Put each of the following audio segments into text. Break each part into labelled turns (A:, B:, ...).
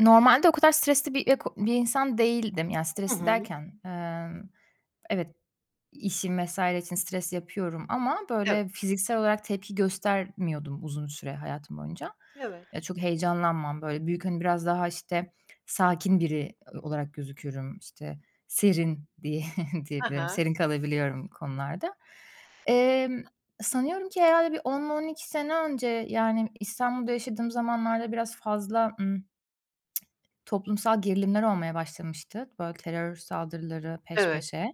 A: Normalde o kadar stresli bir insan değildim. Yani
B: Hı
A: stresli
B: hı.
A: derken, evet, işim vs. için stres yapıyorum ama
B: Evet,
A: böyle fiziksel olarak tepki göstermiyordum uzun süre hayatım boyunca.
B: evet.
A: Ya, çok heyecanlanmam, böyle büyük, hani, biraz daha, işte, sakin biri olarak gözüküyorum işte, serin diye
B: He
A: diyebilirim.
B: he.
A: Serin kalabiliyorum konularda. Emm, sanıyorum ki herhalde bir 10-12 sene önce, yani, İstanbul'da yaşadığım zamanlarda biraz fazla. Toplumsal gerilimler olmaya başlamıştı, böyle terör saldırıları peş
B: Evet.
A: peşe.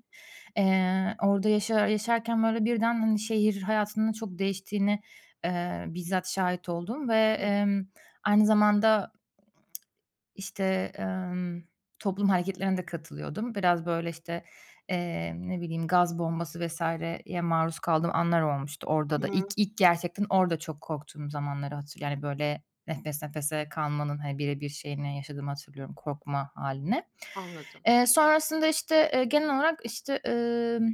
A: Orada yaşarken böyle birden, hani, şehir hayatının çok değiştiğini, bizzat şahit oldum ve,
B: Hı hı.
A: aynı zamanda işte, toplum hareketlerine de katılıyordum. Biraz, böyle, işte, ne bileyim, gaz bombası vs.ye maruz kaldığım anlar olmuştu
B: Hı
A: orada da.
B: hı.
A: İlk gerçekten orada çok korktuğum zamanları hatırlıyorum. Yani, böyle, nefes nefese kalmanın, hani, bire bir şeyini yaşadığımı hatırlıyorum, korkma hâlini.
B: Anladım.
A: Sonrasında, işte, genel olarak, işte,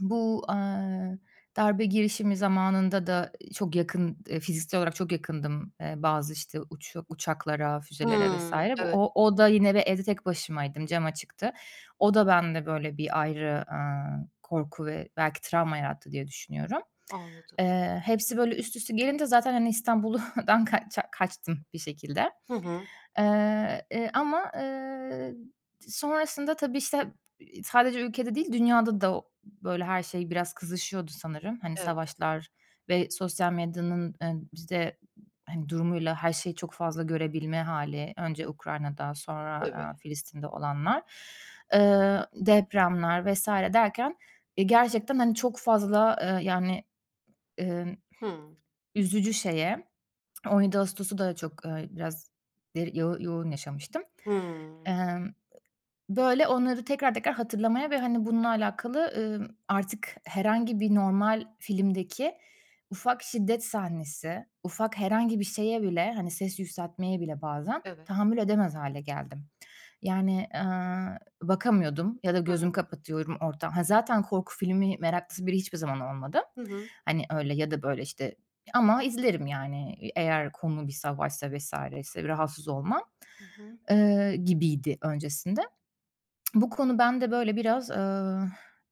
A: bu, darbe girişimi zamanında da, çok yakın, fiziksel olarak çok yakındım, bazı, işte, uçaklara, füzelere
B: Hımm.
A: vesaire. Bu
B: Evet,
A: o da yine ve evde tek başımaydım, cam açıktı. O da bende, böyle, bir ayrı, korku ve belki travma yarattı diye düşünüyorum.
B: anladım.
A: Hepsi böyle üst üste gelince zaten, hani, İstanbul'dan kaçtım bir şekilde.
B: Hı hı.
A: Ama, sonrasında tabii, işte, sadece ülkede değil dünyada da o böyle her şey biraz kızışıyordu sanırım. Hani,
B: Evet,
A: savaşlar ve sosyal medyanın, bize, hani, durumuyla her şeyi çok fazla görebilme hâli. Önce Ukrayna'da sonra,
B: tabii.
A: Filistin'de olanlar, depremler vs. derken, gerçekten, hani, çok fazla, yani, eee,
B: Hımm.
A: üzücü şeye 17 Ağustos'u da çok, biraz deri yo yoğun yaşamıştım.
B: Hımm.
A: Emm, Böyle, onları tekrar tekrar hatırlamaya ve, hani, bununla alakalı, artık herhangi bir normal filmdeki ufak şiddet sahnesi, ufak herhangi bir şeye bile, hani, ses yükseltmeye bile bazen
B: Evet.
A: tahammül edemez hâle geldim. Yani, bakamıyordum ya da
B: Hı hı.
A: gözümü kapatıyorum ortam. Ha, zaten korku filmi meraklısı biri hiçbir zaman olmadım.
B: Hı hı.
A: Hani, öyle ya da böyle, işte, ama izlerim, yani, eğer konu bir savaşsa vs.'yse rahatsız olmam,
B: Hı hı.
A: gibiydi öncesinde. Bu konu bende böyle biraz,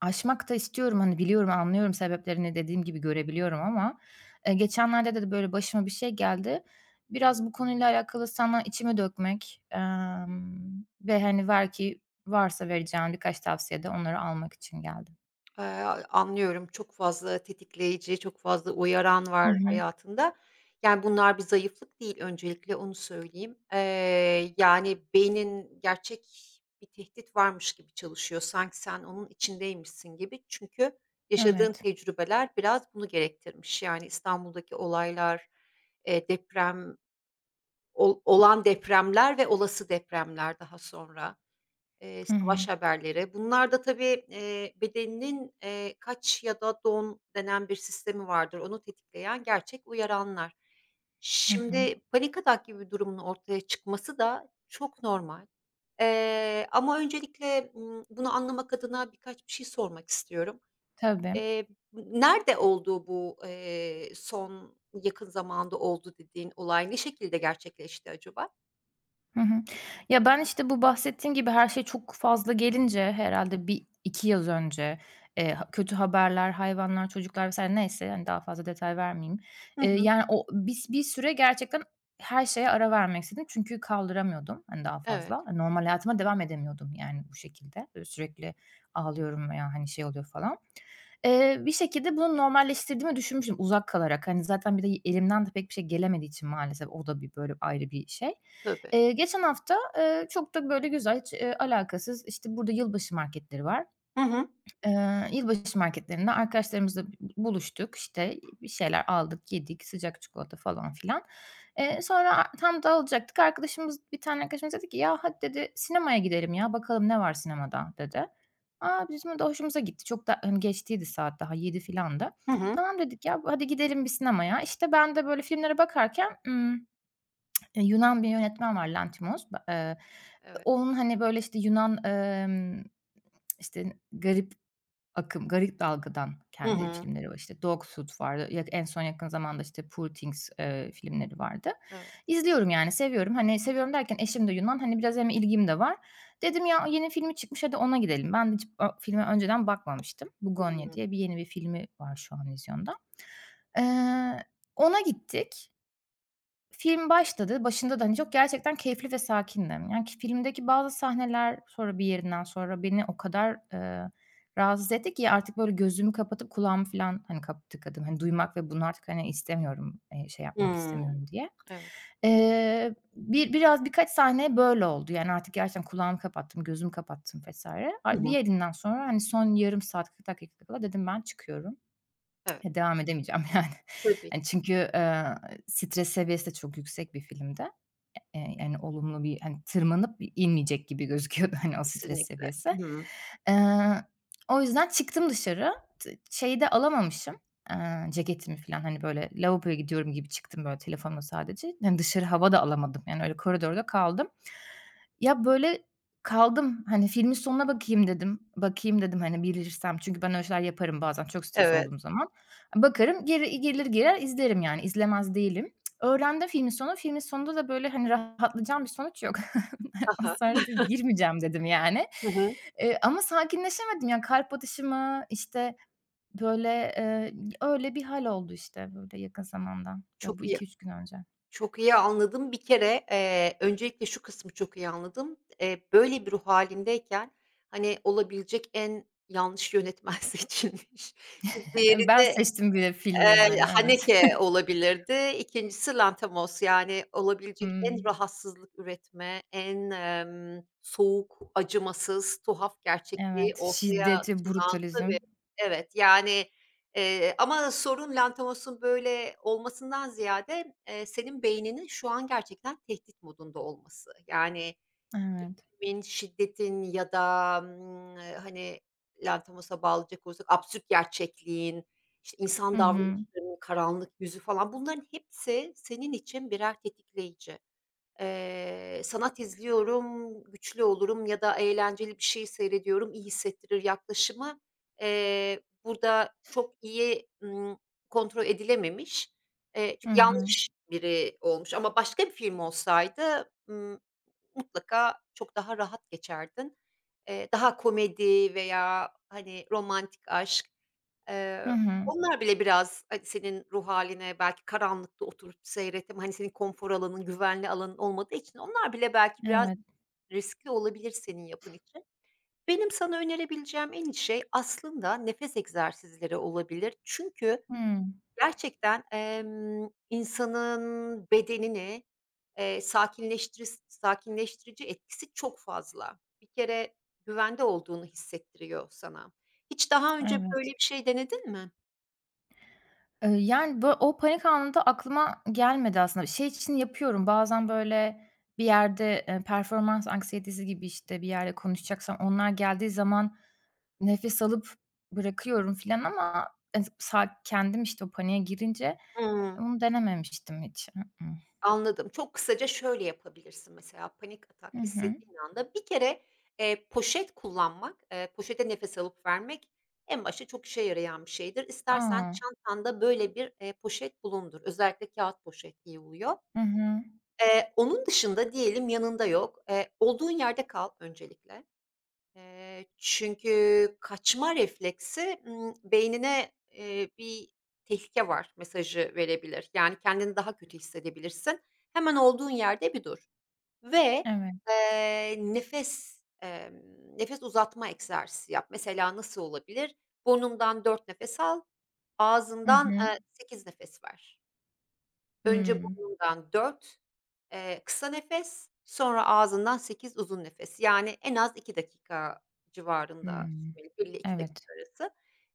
A: aşmak da istiyorum. Hani, biliyorum, anlıyorum sebeplerini, dediğim gibi görebiliyorum ama, geçenlerde de böyle başıma bir şey geldi. Biraz bu konuyla alakalı sana içimi dökmek, ve, hani, ver ki varsa vereceğim birkaç tavsiyede onları almak için geldim.
B: Eee, Anlıyorum. Çok fazla tetikleyici, çok fazla uyaran
A: Hı
B: var
A: hı.
B: hayatında. Yani, bunlar bir zayıflık değil, öncelikle onu söyleyeyim. Yani, beynin gerçek bir tehdit varmış gibi çalışıyor. Sanki sen onun içindeymişsin gibi. Çünkü yaşadığın
A: Evet.
B: tecrübeler biraz bunu gerektirmiş. Yani, İstanbul'daki olaylar, deprem, olan depremler ve olası depremler daha sonra.
A: Hı hı.
B: Savaş haberleri. Bunlar da tabii, bedeninin, kaç ya da don denen bir sistemi vardır. Onu tetikleyen gerçek uyaranlar.
A: Hı hı.
B: Şimdi panik atak gibi bir durumun ortaya çıkması da çok normal. Ama öncelikle, bunu anlamak adına birkaç bir şey sormak istiyorum.
A: Tabii.
B: Eee, Nerede oldu bu, son yakın zamanda oldu dediğin olay? Ne şekilde gerçekleşti acaba?
A: Hı hı. Ya, ben, işte, bu bahsettiğim gibi her şey çok fazla gelince herhalde bir iki yıl önce, ha kötü haberler, hayvanlar, çocuklar vesaire neyse, yani daha fazla detay vermeyeyim.
B: Hı hı.
A: Yani, o bir süre gerçekten her şeye ara vermek istedim çünkü kaldıramıyordum, hani, daha
B: Evet,
A: fazla. Hani, normal hayatıma devam edemiyordum, yani, bu şekilde. Böyle, sürekli ağlıyorum veya, hani, şey oluyor falan. Bir şekilde bunu normalleştirdiğimi düşünmüştüm uzak kalarak. Hani, zaten bir de elimden de pek bir şey gelemediği için maalesef o da bir, böyle, ayrı bir şey.
B: tabii.
A: Geçen hafta, çok da böyle güzel, hiç, alakasız, işte, burada yılbaşı marketleri var.
B: Hı hı.
A: Yılbaşı marketlerinde arkadaşlarımızla buluştuk, işte, bir şeyler aldık, yedik, sıcak çikolata falan filan. Sonra tam dağılacaktık. Arkadaşımız, bir tane arkadaşımız dedi ki, "Ya, hadi" dedi, "sinemaya gidelim ya, bakalım ne var sinemada?" dedi. A, bizim de hoşumuza gitti. Çok da, hani, geçtiydi saat daha 7 filandı.
B: Hı hı.
A: "Tamam" dedik, "Ya, hadi gidelim bir sinemaya." İşte, ben de böyle filmlere bakarken, Yunan bir yönetmen var, Lanthimos. Ba
B: Evet.
A: onun, hani, böyle, işte, Yunan, işte, garip akım, garip dalgadan
B: Hı
A: kendi
B: hı.
A: filmleri var. İşte, Dogtooth vardı. Ya en son yakın zamanda, işte, Poor Things, filmleri vardı.
B: Evet.
A: İzliyorum, yani, seviyorum. Hani, seviyorum derken eşim de Yunan. Hani, biraz hem ilgim de var. Dedim, "Ya, yeni filmi çıkmış, hadi ona gidelim." Ben de hiç o filme önceden bakmamıştım. Bugonya
B: Hımm.
A: diye bir yeni bir filmi var şu an vizyonda. Eee, ona gittik. Film başladı. Başında da, hani, çok gerçekten keyifli ve sakindim. Yani, ki filmdeki bazı sahneler sonra bir yerinden sonra beni o kadar, rahatsız etti ki artık böyle gözümü kapatıp kulağımı falan, hani, kap tıkadım. Hani, duymak ve bunu artık, hani, istemiyorum, şey yapmak
B: Hımm.
A: istemiyorum diye.
B: Evet.
A: Biraz birkaç sahne böyle oldu. Yani, artık gerçekten kulağımı kapattım, gözümü kapattım vs.
B: Hı
A: A bir
B: hı.
A: yerinden sonra, hani, son yarım saat, 40 dakika kala dedim ben çıkıyorum.
B: Evet.
A: He, devam edemeyeceğim yani.
B: Tabii,
A: Hani, çünkü, stres seviyesi de çok yüksek bir filmde. Yani, olumlu bir, hani, tırmanıp inmeyecek gibi gözüküyordu, hani, o stres
B: kesinlikle.
A: seviyesi.
B: Hı.
A: Eee, o yüzden çıktım dışarı. Şeyi de alamamışım, ceketimi falan, hani, böyle lavaboya gidiyorum gibi çıktım böyle telefonla sadece. Yani dışarı hava da alamadım. Yani, öyle koridorda kaldım. Ya, böyle kaldım, hani, filmin sonuna bakayım dedim. Bakayım dedim, hani, bilirsem çünkü ben öyle şeyler yaparım bazen çok stres
B: Evet.
A: olduğum zaman. Bakarım, geri gelir girer izlerim, yani, izlemez değilim. Öğrendim filmin sonunu. Filmin sonunda da, böyle, hani, rahatlayacağım bir sonuç yok.
B: Ha ha.
A: Israrla da girmeyeceğim dedim, yani.
B: Hı hı.
A: Ama sakinleşemedim. Yani, kalp atışımı, işte, böyle, eee, öyle bir hâl oldu, işte, böyle, yakın zamanda. Ya,
B: Çok
A: bu
B: iyi
A: iki üç gün önce.
B: Çok iyi anladım. Bir kere, öncelikle şu kısmı çok iyi anladım. Böyle bir ruh hâlindeyken, hani, olabilecek en yanlış yönetmen seçilmiş. Bir diğeri
A: Ben
B: de
A: seçtim bir de filmi, yani. Evet.
B: Haneke olabilirdi. İkincisi Lanthimos. Yani olabilecek en
A: Hımm.
B: rahatsızlık üretme, en, soğuk, acımasız, tuhaf gerçekliği
A: Evet.
B: ortaya
A: Şiddet ve
B: sunan.
A: brutalizm.
B: Tabii, evet, yani, ama sorun Lanthimos'un böyle olmasından ziyade, senin beyninin şu an gerçekten tehdit modunda olması. Yani
A: Evet.
B: filmin, şiddetin ya da, hani, Lanthimos'a bağlayacak olursak absürt gerçekliğin, işte,
A: Hı
B: insan
A: hı.
B: davranışlarının karanlık yüzü falan, bunların hepsi senin için birer tetikleyici. Sanat izliyorum, güçlü olurum ya da eğlenceli bir şey seyrediyorum, iyi hissettirir yaklaşımı, burada çok iyi, kontrol edilememiş.
A: Hı
B: Çünkü
A: hı.
B: yanlış biri olmuş, ama başka bir film olsaydı, mutlaka çok daha rahat geçerdin. Daha komedi veya, hani, romantik aşk,
A: Hı hı.
B: onlar bile biraz, hani, senin ruh haline, belki karanlıkta oturup seyretme, hani, senin konfor alanın, güvenli alanın olmadığı için onlar bile belki biraz
A: Evet.
B: riskli olabilir senin yapın için. Benim sana önerebileceğim en iyi şey aslında nefes egzersizleri olabilir. Çünkü
A: Hımm.
B: gerçekten, insanın bedenini, sakinleştirici etkisi çok fazla. Bir kere güvende olduğunu hissettiriyor sana. Hiç daha önce böyle
A: Evet.
B: bir şey denedin mi?
A: Yani, o panik anında aklıma gelmedi aslında. Şey için yapıyorum, bazen, böyle, bir yerde, performans anksiyetesi gibi, işte, bir yerde konuşacaksam onlar geldiği zaman nefes alıp bırakıyorum filan ama ez sa kendim, işte, o paniğe girince
B: Hıı.
A: onu denememiştim hiç. I ıh.
B: Anladım. Çok kısaca şöyle yapabilirsin mesela: panik
A: Hı
B: atak
A: hı.
B: hissettiğin anda bir kere, poşet kullanmak, poşete nefes alıp vermek en başta çok işe yarayan bir şeydir. İstersen
A: A!
B: çantanda böyle bir, poşet bulundur. Özellikle kağıt poşet iyi oluyor.
A: Hı hı.
B: Onun dışında diyelim yanında yok. Olduğun yerde kal öncelikle. Çünkü kaçma refleksi, beynine, bir tehlike var mesajı verebilir. Yani, kendini daha kötü hissedebilirsin. Hemen olduğun yerde bir dur ve,
A: Evet.
B: nefes, nefes uzatma egzersizi yap. Mesela nasıl olabilir? Burnundan 4 nefes al,
A: Hı
B: ağzından,
A: hı.
B: 8 nefes ver. Önce
A: Hımm.
B: burnundan 4 kısa nefes, sonra ağzından 8 uzun nefes. Yani en az 2 dakika civarında
A: Hımm.
B: sürmeli, 1 ile 2
A: Evet.
B: dakika arası.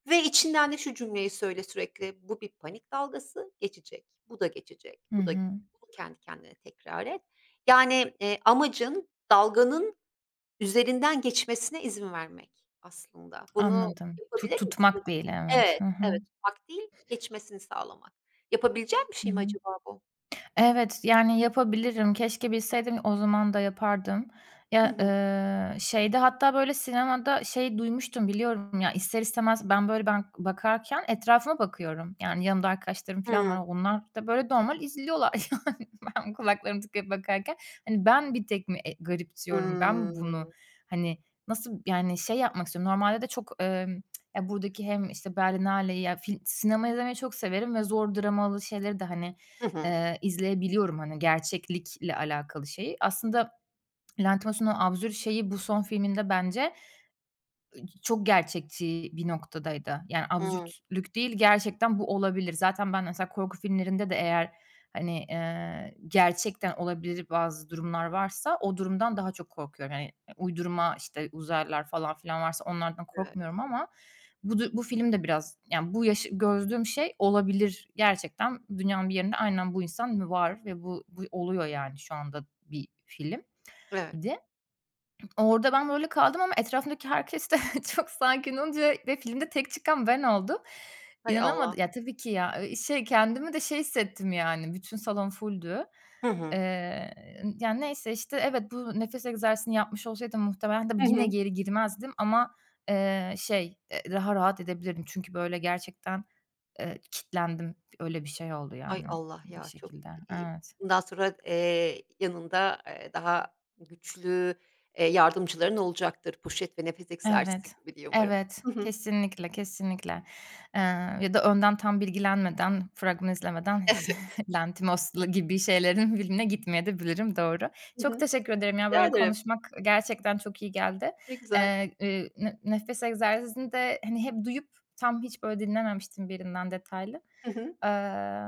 B: Ve içinden de şu cümleyi söyle sürekli: "Bu bir panik dalgası, geçecek. Bu da geçecek.
A: Hı
B: Bu da
A: hı.
B: geçecek." Bunu kendi kendine tekrar et. Yani, amacın dalganın üzerinden geçmesine izin vermek aslında. Bunu
A: Anladım. Tu
B: yapabilir misin?
A: tutmak değil, evet.
B: Evet,
A: Hı hı.
B: evet, tutmak değil, geçmesini sağlamak. Yapabileceğim bir
A: Hı
B: şey mi
A: hı.
B: acaba bu?
A: Evet, yani yapabilirim. Keşke bilseydim o zaman da yapardım.
B: Hı
A: Ya,
B: hı.
A: şeyde hatta böyle sinemada şey duymuştum biliyorum ya, ister istemez ben böyle ben bakarken etrafıma bakıyorum. Yani yanımda arkadaşlarım falan var.
B: Hıı.
A: Onlar da böyle normal izliyorlar yani. Ben kulaklarımı tıkayıp bakarken hani ben bir tek mi, garipsiyorum? Ben mi bunu
B: Hımm.
A: hani nasıl yani şey yapmak istiyorum. Normalde de çok, ya buradaki hem işte Berlinale'yi ya sinema izlemeyi çok severim ve zor dramalı şeyleri de hani
B: Hı hı.
A: İzleyebiliyorum, hani, gerçeklikle alakalı şeyi. Aslında Lanthimos'un o absürt şeyi bu son filminde bence, çok gerçekçi bir noktadaydı. Yani
B: Hıı.
A: absürtlük değil, gerçekten bu olabilir. Zaten ben mesela korku filmlerinde de eğer, hani, gerçekten olabilir bazı durumlar varsa o durumdan daha çok korkuyorum. Yani, uydurma, işte, uzaylılar falan filan varsa onlardan
B: Evet,
A: korkmuyorum ama bu film de biraz, yani, bu yaşı gördüğüm şey olabilir. Gerçekten dünyanın bir yerinde aynen bu insan var ve bu oluyor, yani, şu anda bir filmdi.
B: evet.
A: Orada ben böyle kaldım ama etrafımdaki herkes de çok sakin olunca ve filmde tek çıkan ben oldum.
B: Hay Allah.
A: İnanamadı ya, tabii ki ya, şey, kendimi de şey hissettim yani, bütün salon fulldü.
B: Hı hı.
A: Eee, yani, neyse, işte, evet, bu nefes egzersizini yapmış olsaydım muhtemelen tabii
B: Hı
A: yine
B: hı.
A: geri girmezdim ama, şey, daha rahat edebilirdim. Çünkü böyle gerçekten, kilitlendim. Öyle bir şey oldu
B: Hay
A: yani
B: Allah
A: bir
B: ya, çok,
A: şekilde.
B: iii,
A: Evet.
B: bundan sonra, yanında, daha güçlü, yardımcıların olacaktır. Poşet ve nefes egzersizi
A: Evet,
B: gibi, diye umarım.
A: evet.
B: Hı hı.
A: Kesinlikle, kesinlikle. Eee, ya da önden tam bilgilenmeden, fragman izlemeden hiç
B: Evet.
A: Lantimos'la gibi şeylerin filmine gitmeye de bilirim. Doğru.
B: Hı
A: Çok
B: hı.
A: teşekkür ederim ya,
B: Rica
A: böyle
B: ederim.
A: konuşmak gerçekten çok iyi geldi.
B: Ne güzel.
A: Nefes egzersizini de, hani, hep duyup tam hiç böyle dinlememiştim birinden detaylı.
B: Hı hı.
A: Eee,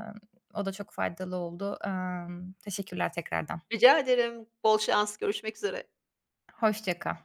A: o da çok faydalı oldu. Teşekkürler tekrardan.
B: Rica ederim. Bol şans. Görüşmek üzere.
A: Hoşça kal.